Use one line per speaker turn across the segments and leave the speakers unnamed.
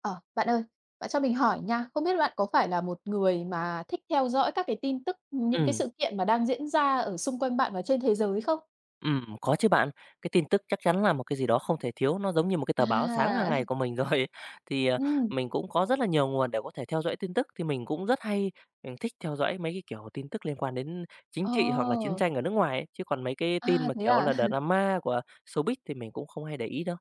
Ờ, Bạn ơi, bạn cho mình hỏi nha, không biết bạn có phải là một người mà thích theo dõi các cái tin tức, những cái
Ừm,
sự kiện mà đang diễn ra ở xung quanh bạn và trên thế giới không?
có chứ bạn. Cái tin tức chắc chắn là một cái gì đó không thể thiếu, nó giống như một cái tờ báo sáng hàng
À,
ngày của mình rồi. Thì, ờ,
ừm,
mình cũng có rất là nhiều nguồn để có thể theo dõi tin tức, thì mình cũng rất hay, thích theo dõi mấy cái, kiểu, tin tức liên quan đến chính trị hoặc là chiến
ờ,
tranh ở nước ngoài ấy, chứ còn mấy cái tin
à,
mà,
thế
kiểu
à?
là, drama của showbiz thì mình cũng không hay để ý đâu.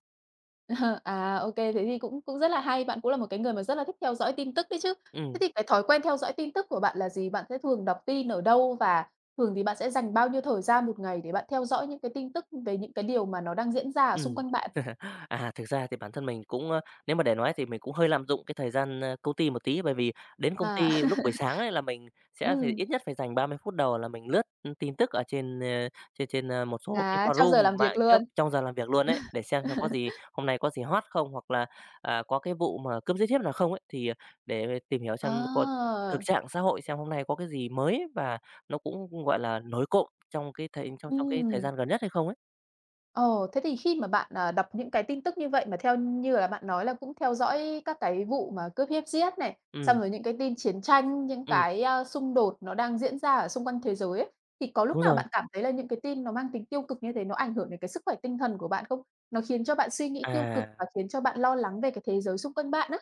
À, ok, thế thì cũng cũng rất là hay, bạn cũng là một cái người mà rất là thích theo dõi tin tức đấy chứ. Thế
Ừm.
thì cái thói quen theo dõi tin tức của bạn là gì? Bạn sẽ thường đọc tin ở đâu và thường thì bạn sẽ dành bao nhiêu thời gian một ngày để bạn theo dõi những cái tin tức về những cái điều mà nó đang diễn ra ở xung
Ừm.
quanh bạn?
Thực ra thì bản thân mình cũng, nếu mà để nói thì mình cũng hơi lạm dụng cái thời gian, công ty một tí, bởi vì đến công
À,
ty lúc buổi sáng ấy là mình sẽ phải
ừm,
ít nhất phải dành 30 phút đầu là mình lướt tin tức ở trên, ơ, trên trên, ơ, một số cái
à, trong
forum
giờ làm
mạng
việc luôn.
trước trong giờ làm việc luôn ấy, để xem có gì hôm nay có gì hot không, hoặc là, à, có cái vụ mà cướp giết hiếp nào không ấy, thì để tìm hiểu
À,
xem có thực trạng xã hội xem hôm nay có cái gì mới và nó cũng, gọi là, nổi cộm trong cái thời trong trong cái thời
ừm.
gian gần nhất hay không ấy.
Ồ, thế thì khi mà bạn, đọc những cái tin tức như vậy mà theo như là bạn nói là cũng theo dõi các cái vụ mà cướp hiếp giết này,
Ừ,
xong rồi những cái tin chiến tranh, những
ừm,
cái, xung đột nó đang diễn ra ở xung quanh thế giới ấy, thì có lúc
đúng
nào
rồi.
bạn cảm thấy là những cái tin nó mang tính tiêu cực như thế nó ảnh hưởng đến cái sức khỏe tinh thần của bạn không? Nó khiến cho bạn suy nghĩ tiêu cực
À,
và khiến cho bạn lo lắng về cái thế giới xung quanh bạn á?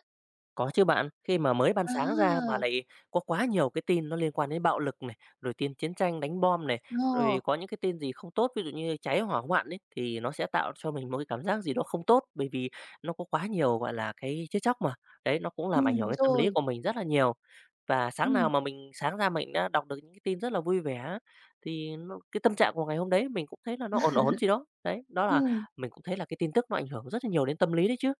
có chứ bạn. Khi mà mới ban sáng ra mà
À,
lại có quá nhiều cái tin nó liên quan đến bạo lực này, rồi tin chiến tranh đánh bom này, rồi
ờ,
có những cái tin gì không tốt, ví dụ như cháy hỏa hoạn ấy, thì nó sẽ tạo cho mình một cái cảm giác gì đó không tốt, bởi vì nó có quá nhiều, gọi là, cái chết chóc mà. Đấy, nó cũng làm ảnh hưởng
đúng
đến tâm lý
rồi.
của mình rất là nhiều. Và
Ừ,
sáng nào mà mình sáng ra mình đã đọc được những cái tin rất là vui vẻ thì nó cái tâm trạng của ngày hôm đấy mình cũng thấy là nó ổn ổn gì đó. Đấy, đó
ừ.
là mình cũng thấy là cái tin tức nó ảnh hưởng rất là nhiều đến tâm lý đấy chứ.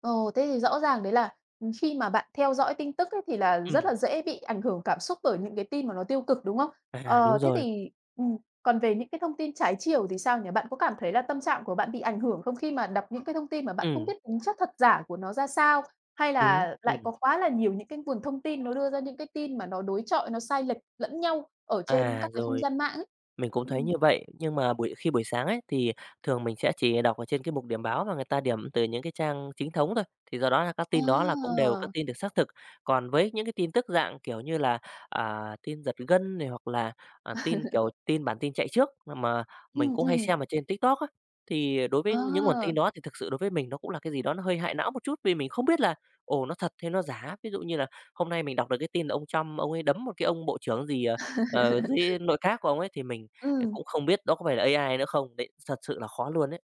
Ồ, thế thì rõ ràng đấy là, khi mà bạn theo dõi tin tức ấy thì là
Ừ,
rất là dễ bị ảnh hưởng cảm xúc bởi những cái tin mà nó tiêu cực, đúng không?
à, đúng
Ờ, thế
rồi.
thì ừm, còn về những cái thông tin trái chiều thì sao nhỉ? Bạn có cảm thấy là tâm trạng của bạn bị ảnh hưởng không khi mà đọc những cái thông tin mà bạn không
Ừm,
biết tính chất thật giả của nó ra sao? Hay
đúng,
là lại
ừm.
có quá là nhiều những cái nguồn thông tin nó đưa ra những cái tin mà nó đối chọi, nó sai lệch lẫn nhau ở trên
À,
các cái không
rồi,
gian mạng ấy?
Mình cũng thấy
Ừm.
như vậy, nhưng mà khi buổi sáng ấy, thì thường mình sẽ chỉ đọc ở trên cái mục điểm báo và người ta điểm từ những cái trang chính thống thôi, thì do đó là các tin đó là cũng
À!
đều các tin được xác thực. Còn với những cái tin tức dạng, kiểu như là, tin giật gân này hoặc là, tin, kiểu, tin bản tin chạy trước mà mình
Ừm,
cũng hay
ừm,
xem ở trên TikTok á, thì đối với những nguồn
à,
tin đó thì thực sự đối với mình nó cũng là cái gì đó nó hơi hại não một chút, vì mình không biết là, ồ, nó thật hay nó giả. Ví dụ như là hôm nay mình đọc được cái tin là ông Trump ông ấy đấm một cái ông bộ trưởng gì, dưới nội các của ông ấy thì mình thế
ừm.
cũng không biết đó có phải là AI nữa không? Đấy, thật sự là khó luôn ấy.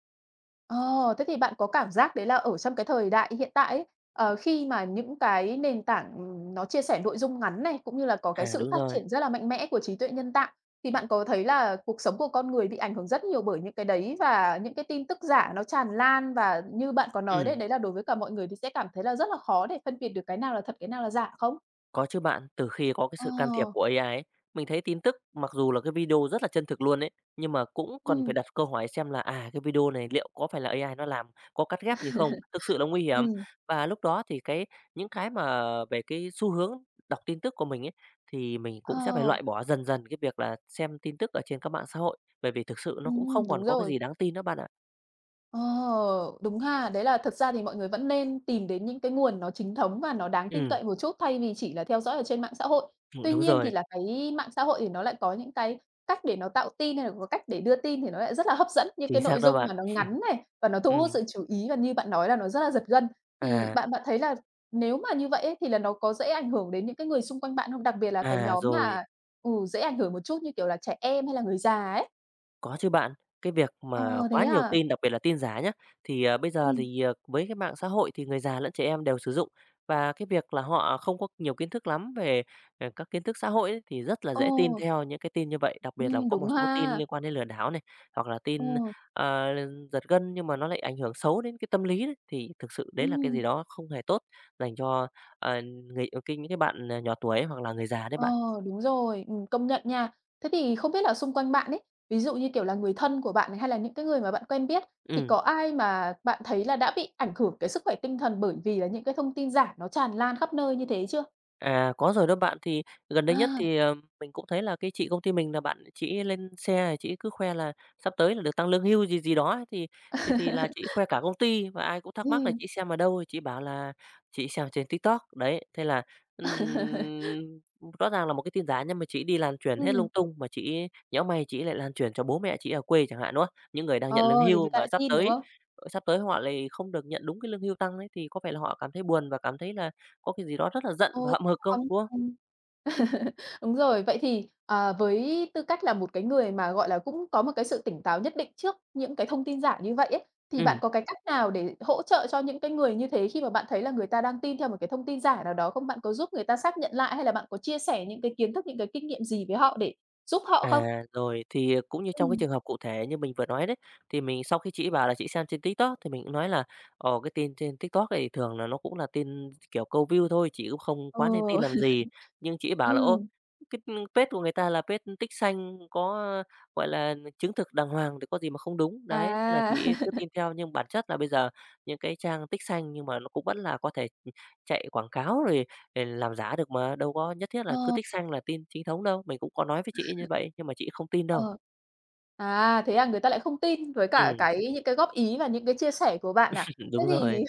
Ờ, thế thì bạn có cảm giác đấy là ở trong cái thời đại hiện tại ấy, khi mà những cái nền tảng, nó chia sẻ nội dung ngắn này, cũng như là có cái
À,
sự
đúng
phát
rồi.
triển rất là mạnh mẽ của trí tuệ nhân tạo, thì
Ừm,
bạn có thấy là cuộc sống của con người bị ảnh hưởng rất nhiều bởi những cái đấy và những cái tin tức giả nó tràn lan? Và như bạn có nói đấy, đấy là đối với cả mọi người thì sẽ cảm thấy là rất là khó để phân biệt được cái nào là thật, cái nào là giả không?
có chứ bạn. Từ khi có cái
Ờ,
sự can thiệp của AI ấy, mình thấy tin tức mặc dù là cái video rất là chân thực luôn ấy, nhưng mà cũng còn phải
ừ.
đặt câu hỏi xem là, à, cái video này liệu có phải là AI nó làm, có cắt ghép gì không? Thực sự là nguy hiểm.
Ừm.
Và lúc đó thì cái những cái mà về cái xu hướng đọc tin tức của mình ấy, thì mình cũng sẽ phải
Ờ,
loại bỏ dần dần cái việc là xem tin tức ở trên các mạng xã hội, bởi vì thực sự nó cũng không còn
đúng
có cái
rồi.
gì đáng tin nữa bạn ạ.
Ờ, đúng ha. Đấy là thật ra thì mọi người vẫn nên tìm đến những cái nguồn nó chính thống và nó đáng tin
Ừm,
cậy một chút thay vì chỉ là theo dõi ở trên mạng xã hội. Tuy
đúng
nhiên thì
rồi.
là cái mạng xã hội thì nó lại có những cái cách để nó tạo tin hay là có cách để đưa tin thì nó lại rất là hấp dẫn, những
Chính
cái
xác
nội
đó
dung
bạn.
mà nó ngắn này và nó thu hút
Ừm,
sự chú ý và như bạn nói là nó rất là giật gân. Thì
à,
bạn bạn thấy là nếu mà như vậy ấy, thì là nó có dễ ảnh hưởng đến những cái người xung quanh bạn không? Đặc biệt là cái
à,
nhóm
rồi,
mà, dễ ảnh hưởng một chút như kiểu là trẻ em hay là người già ấy.
có chứ bạn. Cái việc
Ờ,
mà
thế
quá nhiều
à?
tin, đặc biệt là tin giả nhá, bây
Ừ,
giờ thì, với cái mạng xã hội thì người già lẫn trẻ em đều sử dụng. Và cái việc là họ không có nhiều kiến thức lắm về, các kiến thức xã hội ấy, thì rất là
ờ.
dễ tin theo những cái tin như vậy, đặc biệt là có một
Đúng
số tin
ha.
liên quan đến lừa đảo này, hoặc là
Ờ,
tin, ờ, giật gân nhưng mà nó lại ảnh hưởng xấu đến cái tâm lý đấy, thì thực sự đấy là cái gì
ừm,
đó không hề tốt dành cho, ờ, người ờ, cái những cái bạn, nhỏ tuổi ấy, hoặc là người già đấy
ờ,
bạn.
đúng rồi, công nhận nha. Thế thì không biết là xung quanh bạn ấy, ví dụ như, kiểu là, người thân của bạn này hay là những cái người mà bạn quen biết, thì
Ừ.
có ai mà bạn thấy là đã bị ảnh hưởng cái sức khỏe tinh thần bởi vì là những cái thông tin giả nó tràn lan khắp nơi như thế chưa?
Có rồi đó bạn. Thì gần đây nhất
À.
thì, mình cũng thấy là cái chị công ty mình là bạn chị lên xe chị cứ khoe là sắp tới là được tăng lương hưu gì gì đó ấy, thì thì là chị khoe cả công ty và ai cũng thắc mắc là
Ừm,
chị xem ở đâu, chị bảo là chị xem trên TikTok. Đấy, thế là, ừm, rõ ràng là một cái tin giả nhưng mà chị đi lan truyền hết lung
ừm,
tung, mà chị ấy nhỡ may chị lại lan truyền cho bố mẹ chị ở quê chẳng hạn, đúng không? Những người đang
ờ,
nhận lương
thì
hưu
người ta
mà
lại
sắp
tin, đúng
tới
không?
sắp tới họ lại không được nhận đúng cái lương hưu tăng ấy, thì có vẻ là họ cảm thấy buồn và cảm thấy là có cái gì đó rất là giận
Ờ,
và hậm hực không,
sao?
đúng không?
Ừm. Đúng rồi. Vậy thì, với tư cách là một cái người mà, gọi là, cũng có một cái sự tỉnh táo nhất định trước những cái thông tin giả như vậy ấy, thì
Ừ,
bạn có cái cách nào để hỗ trợ cho những cái người như thế khi mà bạn thấy là người ta đang tin theo một cái thông tin giả nào đó không? Bạn có giúp người ta xác nhận lại hay là bạn có chia sẻ những cái kiến thức, những cái kinh nghiệm gì với họ để giúp họ
à,
không?
rồi thì cũng như trong cái
Ừm.
trường hợp cụ thể như mình vừa nói đấy, thì mình sau khi chị bảo là chị xem trên TikTok thì mình cũng nói là, cái tin trên TikTok thì thường là nó cũng là tin, kiểu, câu view thôi, chị cũng không
Ờ,
quá nên tin làm gì. Nhưng chị bảo là "Ô,
ừm,
cái page của người ta là page tích xanh có, gọi là, chứng thực đàng hoàng thì có gì mà không đúng." Đấy, thế là
à,
chị cứ tin theo nhưng bản chất là bây giờ những cái trang tích xanh nhưng mà nó cũng vẫn là có thể chạy quảng cáo rồi ê, làm giả được mà, đâu có nhất thiết là cứ
ờ,
tích xăng là tin chính thống đâu. Mình cũng có nói với chị như vậy, nhưng mà chị không tin đâu.
ờ, à, thế à, người ta lại không tin với cả
Ừm,
cái những cái góp ý và những cái chia sẻ của bạn à? Thế
đúng rồi.
thì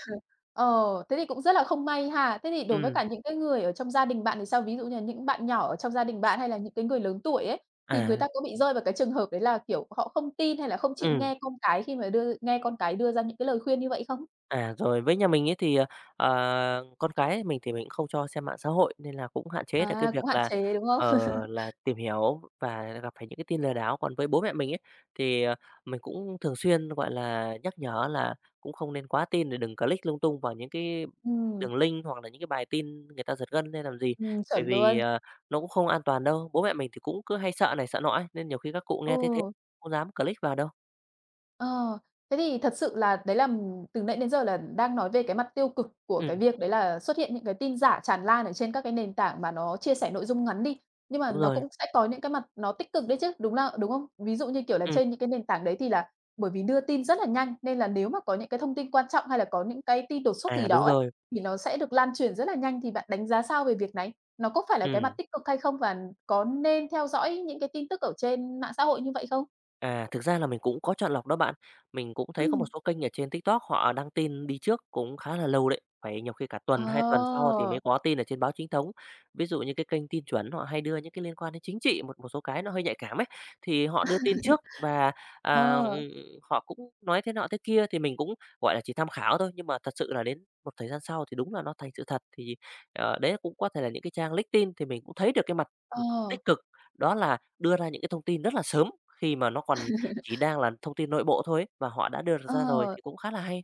ờ, thế thì cũng rất là không may ha. Thế thì đối với
Ừm,
cả những cái người ở trong gia đình bạn thì sao? Ví dụ như là những bạn nhỏ ở trong gia đình bạn hay là những cái người lớn tuổi ấy, thì người
à,
ta có bị rơi vào cái trường hợp đấy là, kiểu, họ không tin hay là không chịu
ừ
nghe con cái khi mà đưa nghe con cái đưa ra những cái lời khuyên như vậy không?
À, rồi với nhà mình ấy thì, con cái mình thì mình cũng không cho xem mạng xã hội nên là cũng hạn chế được cái
À, cũng
việc
hạn
là,
chế, đúng không?
ờ, là tìm hiểu và gặp phải những cái tin lừa đảo. Còn với bố mẹ mình ấy, thì, mình cũng thường xuyên, gọi là, nhắc nhở là cũng không nên quá tin để đừng click lung tung vào những cái
Ừm,
đường link hoặc là những cái bài tin người ta giật gân lên làm gì. Bởi
chuẩn
vì,
luôn.
nó cũng không an toàn đâu. Bố mẹ mình thì cũng cứ hay sợ này sợ nọ ấy, nên nhiều khi các cụ nghe thế thế
Ừ.
không dám click vào đâu.
Ờ, thế thì thật sự là đấy là, từ nãy đến giờ là đang nói về cái mặt tiêu cực của cái
Ừm,
việc đấy là xuất hiện những cái tin giả tràn lan ở trên các cái nền tảng mà nó chia sẻ nội dung ngắn đi, nhưng mà
đúng
nó
rồi.
cũng sẽ có những cái mặt nó tích cực đấy chứ, đúng là đúng không? Ví dụ như, kiểu là,
Ừm,
trên những cái nền tảng đấy thì là bởi vì đưa tin rất là nhanh, nên là nếu mà có những cái thông tin quan trọng hay là có những cái tin đột xuất
à,
gì đó
đúng
ấy,
rồi.
thì nó sẽ được lan truyền rất là nhanh, thì bạn đánh giá sao về việc này? Nó có phải là cái
Ừm.
mặt tích cực hay không? Và có nên theo dõi những cái tin tức ở trên mạng xã hội như vậy không?
À, thực ra là mình cũng có chọn lọc đó bạn. Mình cũng thấy có một
Ừ.
số kênh ở trên TikTok họ đăng tin đi trước cũng khá là lâu đấy, phải nhiều khi cả
Ờ.
tuần, 2 tuần sau thì mới có tin ở trên báo chính thống. Ví dụ như cái kênh Tin Chuẩn họ hay đưa những cái liên quan đến chính trị, một một số cái nó hơi nhạy cảm ấy, thì họ đưa tin trước và, à,
Ờ,
ừm, họ cũng nói thế nọ thế kia thì mình cũng, gọi là, chỉ tham khảo thôi, nhưng mà thật sự là đến một thời gian sau thì đúng là nó thành sự thật. Thì, đấy cũng có thể là những cái trang leak tin thì mình cũng thấy được cái mặt, ừ, tích
ờ,
cực, đó là đưa ra những cái thông tin rất là sớm khi mà nó còn chỉ đang là thông tin nội bộ thôi ấy, và họ đã đưa được ra rồi
ờ,
thì cũng khá là hay.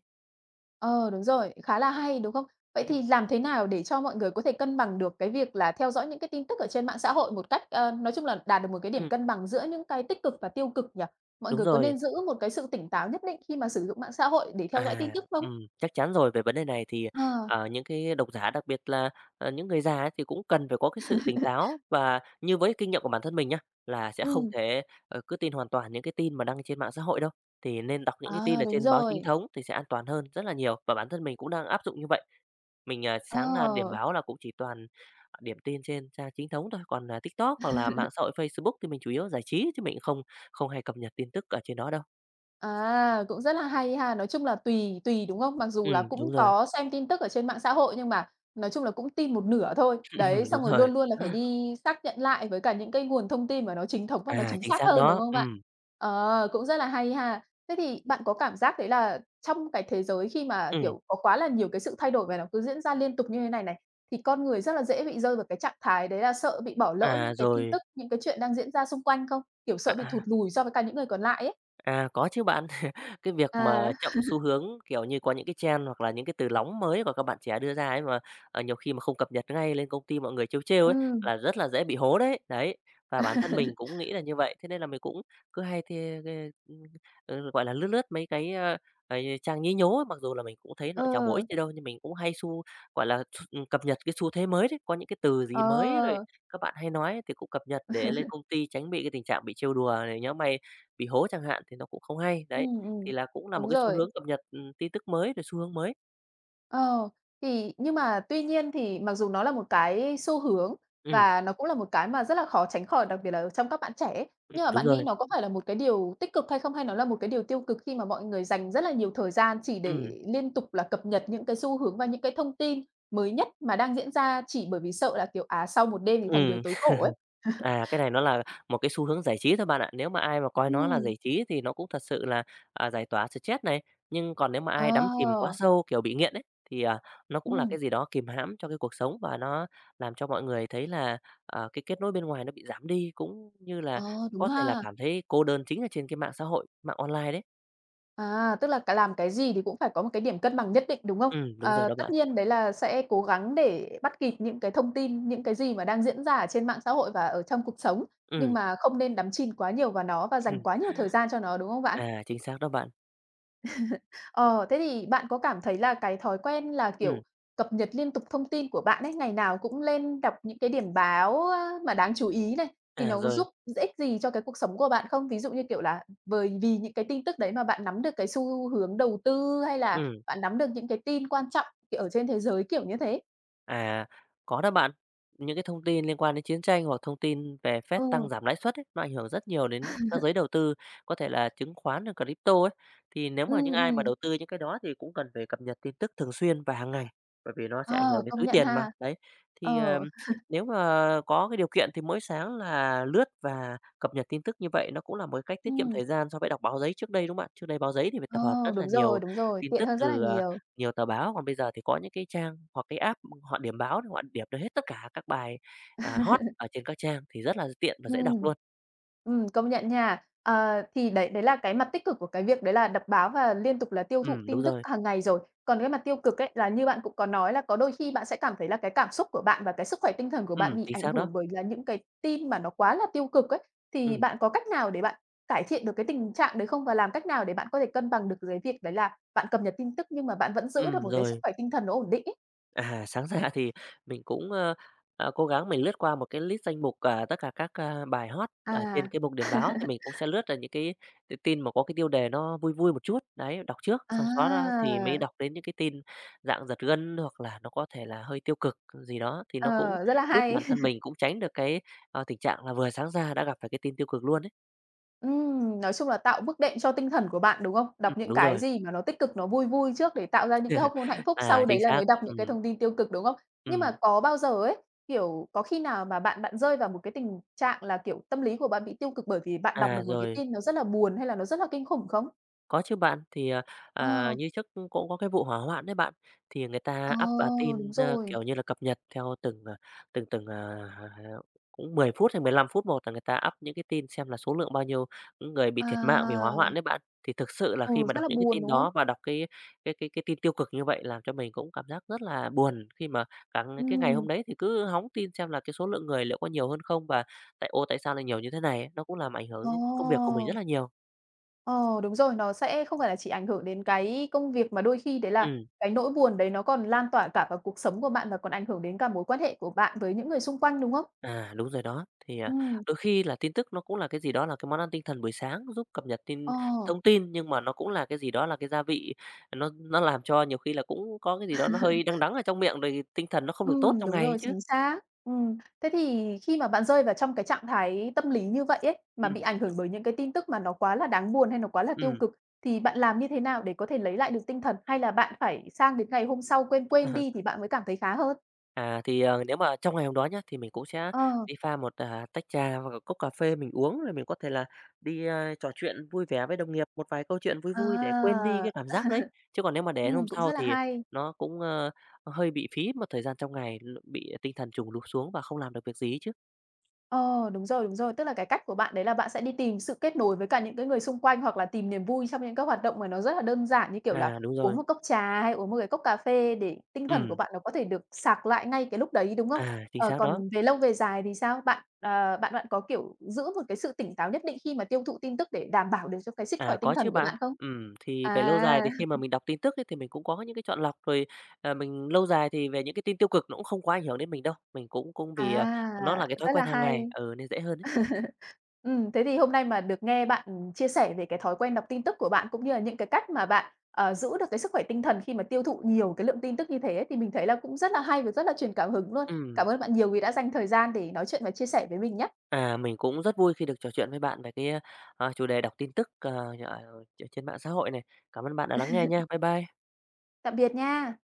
ờ, đúng rồi, khá là hay, đúng không? Vậy
Ừm,
thì làm thế nào để cho mọi người có thể cân bằng được cái việc là theo dõi những cái tin tức ở trên mạng xã hội một cách, nói chung là đạt được một cái điểm
ừm,
cân bằng giữa những cái tích cực và tiêu cực nhỉ? Mọi
đúng
người có
rồi.
nên giữ một cái sự tỉnh táo nhất định khi mà sử dụng mạng xã hội để theo dõi tin
À,
tức không?
chắc chắn rồi. Về vấn đề này thì,
Ờ,
những cái độc giả, đặc biệt là, những người già ấy thì cũng cần phải có cái sự tỉnh táo và như với kinh nghiệm của bản thân mình nhá, là sẽ không
ừ,
thể, cứ tin hoàn toàn những cái tin mà đăng trên mạng xã hội đâu, thì nên đọc những cái tin
à,
ở
đúng
trên báo chính
rồi,
thống thì sẽ an toàn hơn rất là nhiều và bản thân mình cũng đang áp dụng như vậy. Mình,
ờ.
sáng ra điểm báo là cũng chỉ toàn điểm tin trên trang chính thống thôi, còn, TikTok hoặc là mạng xã hội Facebook thì mình chủ yếu giải trí chứ mình không không hay cập nhật tin tức ở trên đó đâu.
À, cũng rất là hay ha. Nói chung là tùy tùy, đúng không? Mặc dù là
Đúng
cũng
rồi,
có xem tin tức ở trên mạng xã hội nhưng mà nói chung là cũng tin một nửa thôi. Đấy,
đúng
xong rồi
rồi.
luôn luôn là phải đi xác nhận lại với cả những cái nguồn thông tin mà nó chính thống và nó
À,
chính
chính
xác
xác
hơn, đúng
đó.
không bạn? Ờ, cũng rất là hay ha. Thế thì bạn có cảm giác đấy là trong cái thế giới khi mà,
Ừm,
kiểu, có quá là nhiều cái sự thay đổi và nó cứ diễn ra liên tục như thế này này, thì con người rất là dễ bị rơi vào cái trạng thái đấy là sợ bị bỏ lỡ
à,
những cái tin
rồi
tức, những cái chuyện đang diễn ra xung quanh không? Kiểu,
à,
sợ bị thụt
à.
lùi so với cả những người còn lại ấy.
À, có chứ bạn. Cái việc mà
À.
chậm xu hướng, kiểu như, có những cái trend hoặc là những cái từ nóng mới của các bạn trẻ đưa ra ấy mà, nhiều khi mà không cập nhật ngay lên công ty mọi người trêu trêu ấy,
Ừm,
là rất là dễ bị hố đấy. Đấy, và bản thân mình cũng nghĩ là như vậy, thế nên là mình cũng cứ hay thì gọi là, lướt lướt mấy cái, ờ, trang nhí nhố, ấy. Mặc dù là mình cũng thấy nó chả bổ
ờ,
ích gì đâu, nhưng mình cũng hay xu gọi là, x cập nhật cái xu thế mới đấy. Có những cái từ gì
ờ,
mới rồi các bạn hay nói thì cũng cập nhật để lên công ty tránh bị cái tình trạng bị trêu đùa này: "Nhớ mày bị hố chẳng hạn thì nó cũng không hay. Đấy,
ừm,
thì
ừm,
là cũng là một
đúng
cái xu
rồi.
hướng cập nhật, tin tức mới, rồi xu hướng mới.
Ờ, thì nhưng mà tuy nhiên thì mặc dù nó là một cái xu hướng
Ừm,
và nó cũng là một cái mà rất là khó tránh khỏi, đặc biệt là trong các bạn trẻ ấy, nhưng mà
đúng
bạn nghĩ
rồi.
nó có phải là một cái điều tích cực hay không? Hay nó là một cái điều tiêu cực khi mà mọi người dành rất là nhiều thời gian chỉ
Ừm,
để liên tục là cập nhật những cái xu hướng và những cái thông tin mới nhất mà đang diễn ra chỉ bởi vì sợ là, kiểu, à, sau một đêm thì thành người
ừm.
tối cổ ấy?
À, cái này nó là một cái xu hướng giải trí thôi bạn ạ. Nếu mà ai mà coi nó là
Ừm,
giải trí thì nó cũng thật sự là, giải tỏa stress này, nhưng còn nếu mà ai đắm chìm quá
ờ,
sâu, kiểu, bị nghiện ấy, thì, nó cũng là
ừm,
cái gì đó kìm hãm cho cái cuộc sống và nó làm cho mọi người thấy là, cái kết nối bên ngoài nó bị giảm đi, cũng như là
ờ, đúng
có thể là
ha.
cảm thấy cô đơn chính là trên cái mạng xã hội, mạng online đấy.
À, tức là cái làm cái gì thì cũng phải có một cái điểm cân bằng nhất định, đúng không?
Đúng rồi
Ờ,
đó
tất
bạn.
nhiên đấy là sẽ cố gắng để bắt kịp những cái thông tin, những cái gì mà đang diễn ra ở trên mạng xã hội và ở trong cuộc sống, nhưng
Ừm.
mà không nên đắm chìm quá nhiều vào nó và dành quá nhiều thời gian cho nó, đúng không bạn?
À, chính xác đó bạn.
Ờ, Thế thì bạn có cảm thấy là cái thói quen là,
ừ
kiểu, cập nhật liên tục thông tin của bạn ấy, ngày nào cũng lên đọc những cái điểm báo, mà đáng chú ý này, thì
à,
nó
rồi
giúp ích gì cho cái cuộc sống của bạn không? Ví dụ như, kiểu là, bởi vì những cái tin tức đấy mà bạn nắm được cái xu hướng đầu tư, hay là
ừ
bạn nắm được những cái tin quan trọng, kiểu, ở trên thế giới, kiểu như thế.
à, có đó bạn. Những cái thông tin liên quan đến chiến tranh hoặc thông tin về Fed tăng
Ừ,
giảm lãi suất ấy, nó ảnh hưởng rất nhiều đến các giới đầu tư, có thể là chứng khoán rồi crypto ấy. Thì nếu mà những
ừm,
ai mà
ừm,
đầu tư những cái đó thì cũng cần phải cập nhật tin tức thường xuyên và hàng ngày, bởi vì nó sẽ ảnh
ờ,
hưởng đến
công
túi
nhận
tiền mà.
ha.
Đấy, thì,
Ờ,
nếu mà có cái điều kiện thì mỗi sáng là lướt và cập nhật tin tức như vậy nó cũng là một cái cách tiết kiệm
ừm,
thời gian so với đọc báo giấy trước đây, đúng không bạn? Trước đây báo giấy thì phải
ờ,
tập hợp rất là nhiều
đúng rồi,
tin
tiện
tức
hơn rất là
từ,
nhiều.
nhiều tờ báo, còn bây giờ thì có những cái trang hoặc cái app họ điểm báo, họ điểm được hết tất cả các bài, hot ở trên các trang thì rất là tiện và dễ đọc
Ừm.
luôn.
Công nhận nha. Ờ, thì đấy đấy là cái mặt tích cực của cái việc đấy là đọc báo và liên tục là tiêu
Ừ
thụ
đúng
tin tức
rồi.
hàng ngày rồi. Còn cái mặt tiêu cực ấy, là như bạn cũng có nói là có đôi khi bạn sẽ cảm thấy là cái cảm xúc của bạn và cái sức khỏe tinh thần của bạn
Ừ
bị
chính
ảnh
xác đó.
hưởng bởi là những cái tin mà nó quá là tiêu cực ấy. Thì
Ừ
bạn có cách nào để bạn cải thiện được cái tình trạng đấy không? Và làm cách nào để bạn có thể cân bằng được cái việc đấy là bạn cập nhật tin tức nhưng mà bạn vẫn giữ được một cái sức
rồi.
khỏe tinh thần nó ổn định ấy?
À, sáng ra thì mình cũng, cố gắng mình lướt qua một cái list danh mục, tất cả các, bài hot ở trên
À,
cái mục điểm báo, thì mình cũng sẽ lướt ra những cái tin mà có cái tiêu đề nó vui vui một chút, đấy, đọc trước, xong xóa ra
à,
thì mới đọc đến những cái tin dạng giật gân hoặc là nó có thể là hơi tiêu cực gì đó, thì
ờ,
nó cũng
rất là
giúp
hay.
bản thân mình cũng tránh được cái, tình trạng là vừa sáng ra đã gặp phải cái tin tiêu cực luôn ấy.
Nói chung là tạo bước đệm cho tinh thần của bạn, đúng không? Đọc những
Đúng
cái
rồi.
gì mà nó tích cực, nó vui vui trước để tạo ra những cái hormone hạnh phúc,
À,
sau
chính
đấy là
xác.
mới đọc những
Ừm,
cái thông tin tiêu cực, đúng không? Nhưng
ừm.
mà có bao giờ ấy, kiểu, có khi nào mà bạn bạn rơi vào một cái tình trạng là, kiểu, tâm lý của bạn bị tiêu cực bởi vì bạn đọc
À,
được một cái
rồi
tin nó rất là buồn hay là nó rất là kinh khủng không?
Có chứ bạn, thì,
Ờ,
như trước cũng cũng có cái vụ hỏa hoạn đấy bạn, thì người
ờ,
ta up,
đúng
tin,
rồi.
kiểu như là, cập nhật theo từng, à, từng từng, à, cũng 10 phút hay 15 phút một là người ta up những cái tin xem là số lượng bao nhiêu người bị thiệt mạng vì hỏa hoạn
À,
đấy bạn. Thì thực sự là
ừ,
khi mà
rất
đọc
là
những cái
buồn,
tin
đúng không?
đó và đọc cái cái tin tiêu cực như vậy làm cho mình cũng cảm giác rất là buồn, khi mà cái ngày hôm
Ừm,
đấy thì cứ hóng tin xem là cái số lượng người liệu có nhiều hơn không, và tại "Ô, tại sao lại nhiều như thế này?" ấy. Nó cũng làm ảnh hưởng
ờ.
đến công việc của mình rất là nhiều.
Ờ, đúng rồi, nó sẽ không phải là chỉ ảnh hưởng đến cái công việc mà đôi khi đấy là
Ừm.
cái nỗi buồn đấy nó còn lan tỏa cả vào cuộc sống của bạn và còn ảnh hưởng đến cả mối quan hệ của bạn với những người xung quanh, đúng không?
À, đúng rồi đó. Thì,
Ừm,
đôi khi là tin tức nó cũng là cái gì đó là cái món ăn tinh thần buổi sáng giúp cập nhật tin
ờ,
thông tin, nhưng mà nó cũng là cái gì đó là cái gia vị, nó làm cho nhiều khi là cũng có cái gì đó nó hơi đắng đắng ở trong miệng rồi tinh thần nó không được tốt trong
đúng
ngày ấy
rồi,
chứ.
chính xác. Thế thì khi mà bạn rơi vào trong cái trạng thái tâm lý như vậy ấy, mà
ừ
bị ảnh hưởng bởi những cái tin tức mà nó quá là đáng buồn hay nó quá là tiêu
ừ
cực, thì bạn làm như thế nào để có thể lấy lại được tinh thần? Hay là bạn phải sang đến ngày hôm sau quên quên đi thì bạn mới cảm thấy khá hơn?
À, thì, nếu mà trong ngày hôm đó nhá, thì mình cũng sẽ
Ờ,
đi pha một, tách trà và cốc cà phê mình uống, rồi mình có thể là đi, trò chuyện vui vẻ với đồng nghiệp, một vài câu chuyện vui vui để quên
à,
đi cái cảm giác đấy. Chứ còn nếu mà để đến hôm
cũng
sau
rất là
thì
hay.
nó cũng, hơi bị phí một thời gian trong ngày, bị tinh thần trùng lụp xuống và không làm được việc gì chứ.
Ờ, đúng rồi, đúng rồi. Tức là cái cách của bạn đấy là bạn sẽ đi tìm sự kết nối với cả những cái người xung quanh hoặc là tìm niềm vui trong những các hoạt động mà nó rất là đơn giản, như kiểu là
À, đúng
uống
rồi.
một cốc trà hay uống một cái cốc cà phê để tinh thần của
Ừm,
bạn nó có thể được sạc lại ngay cái lúc đấy, đúng không?
à, chính
Ờ,
xác đó.
còn về lâu về dài thì sao? Bạn, bạn có, kiểu, giữ một cái sự tỉnh táo nhất định khi mà tiêu thụ tin tức để đảm bảo được cho cái sức
À,
khỏe tinh
có
thần
chứ
của
bạn.
bạn không?
Thì về lâu dài
À,
thì khi mà mình đọc tin tức ấy, thì mình cũng có những cái chọn lọc rồi, mình lâu dài thì về những cái tin tiêu cực nó cũng không quá ảnh hưởng đến mình đâu. Mình cũng cũng vì, nó
à,
là cái thói
rất là
quen hàng ngày,
hay.
ừ, nên dễ hơn đấy.
Thế thì hôm nay mà được nghe bạn chia sẻ về cái thói quen đọc tin tức của bạn, cũng như là những cái cách mà bạn, giữ được cái sức khỏe tinh thần khi mà tiêu thụ nhiều cái lượng tin tức như thế ấy, thì mình thấy là cũng rất là hay và rất là truyền cảm hứng luôn.
Ừm,
Cảm ơn bạn nhiều vì đã dành thời gian để nói chuyện và chia sẻ với mình nhé.
à, mình cũng rất vui khi được trò chuyện với bạn về cái, chủ đề đọc tin tức, ở trên mạng xã hội này. Cảm ơn bạn đã lắng nghe nha. Bye bye.
Tạm biệt nha.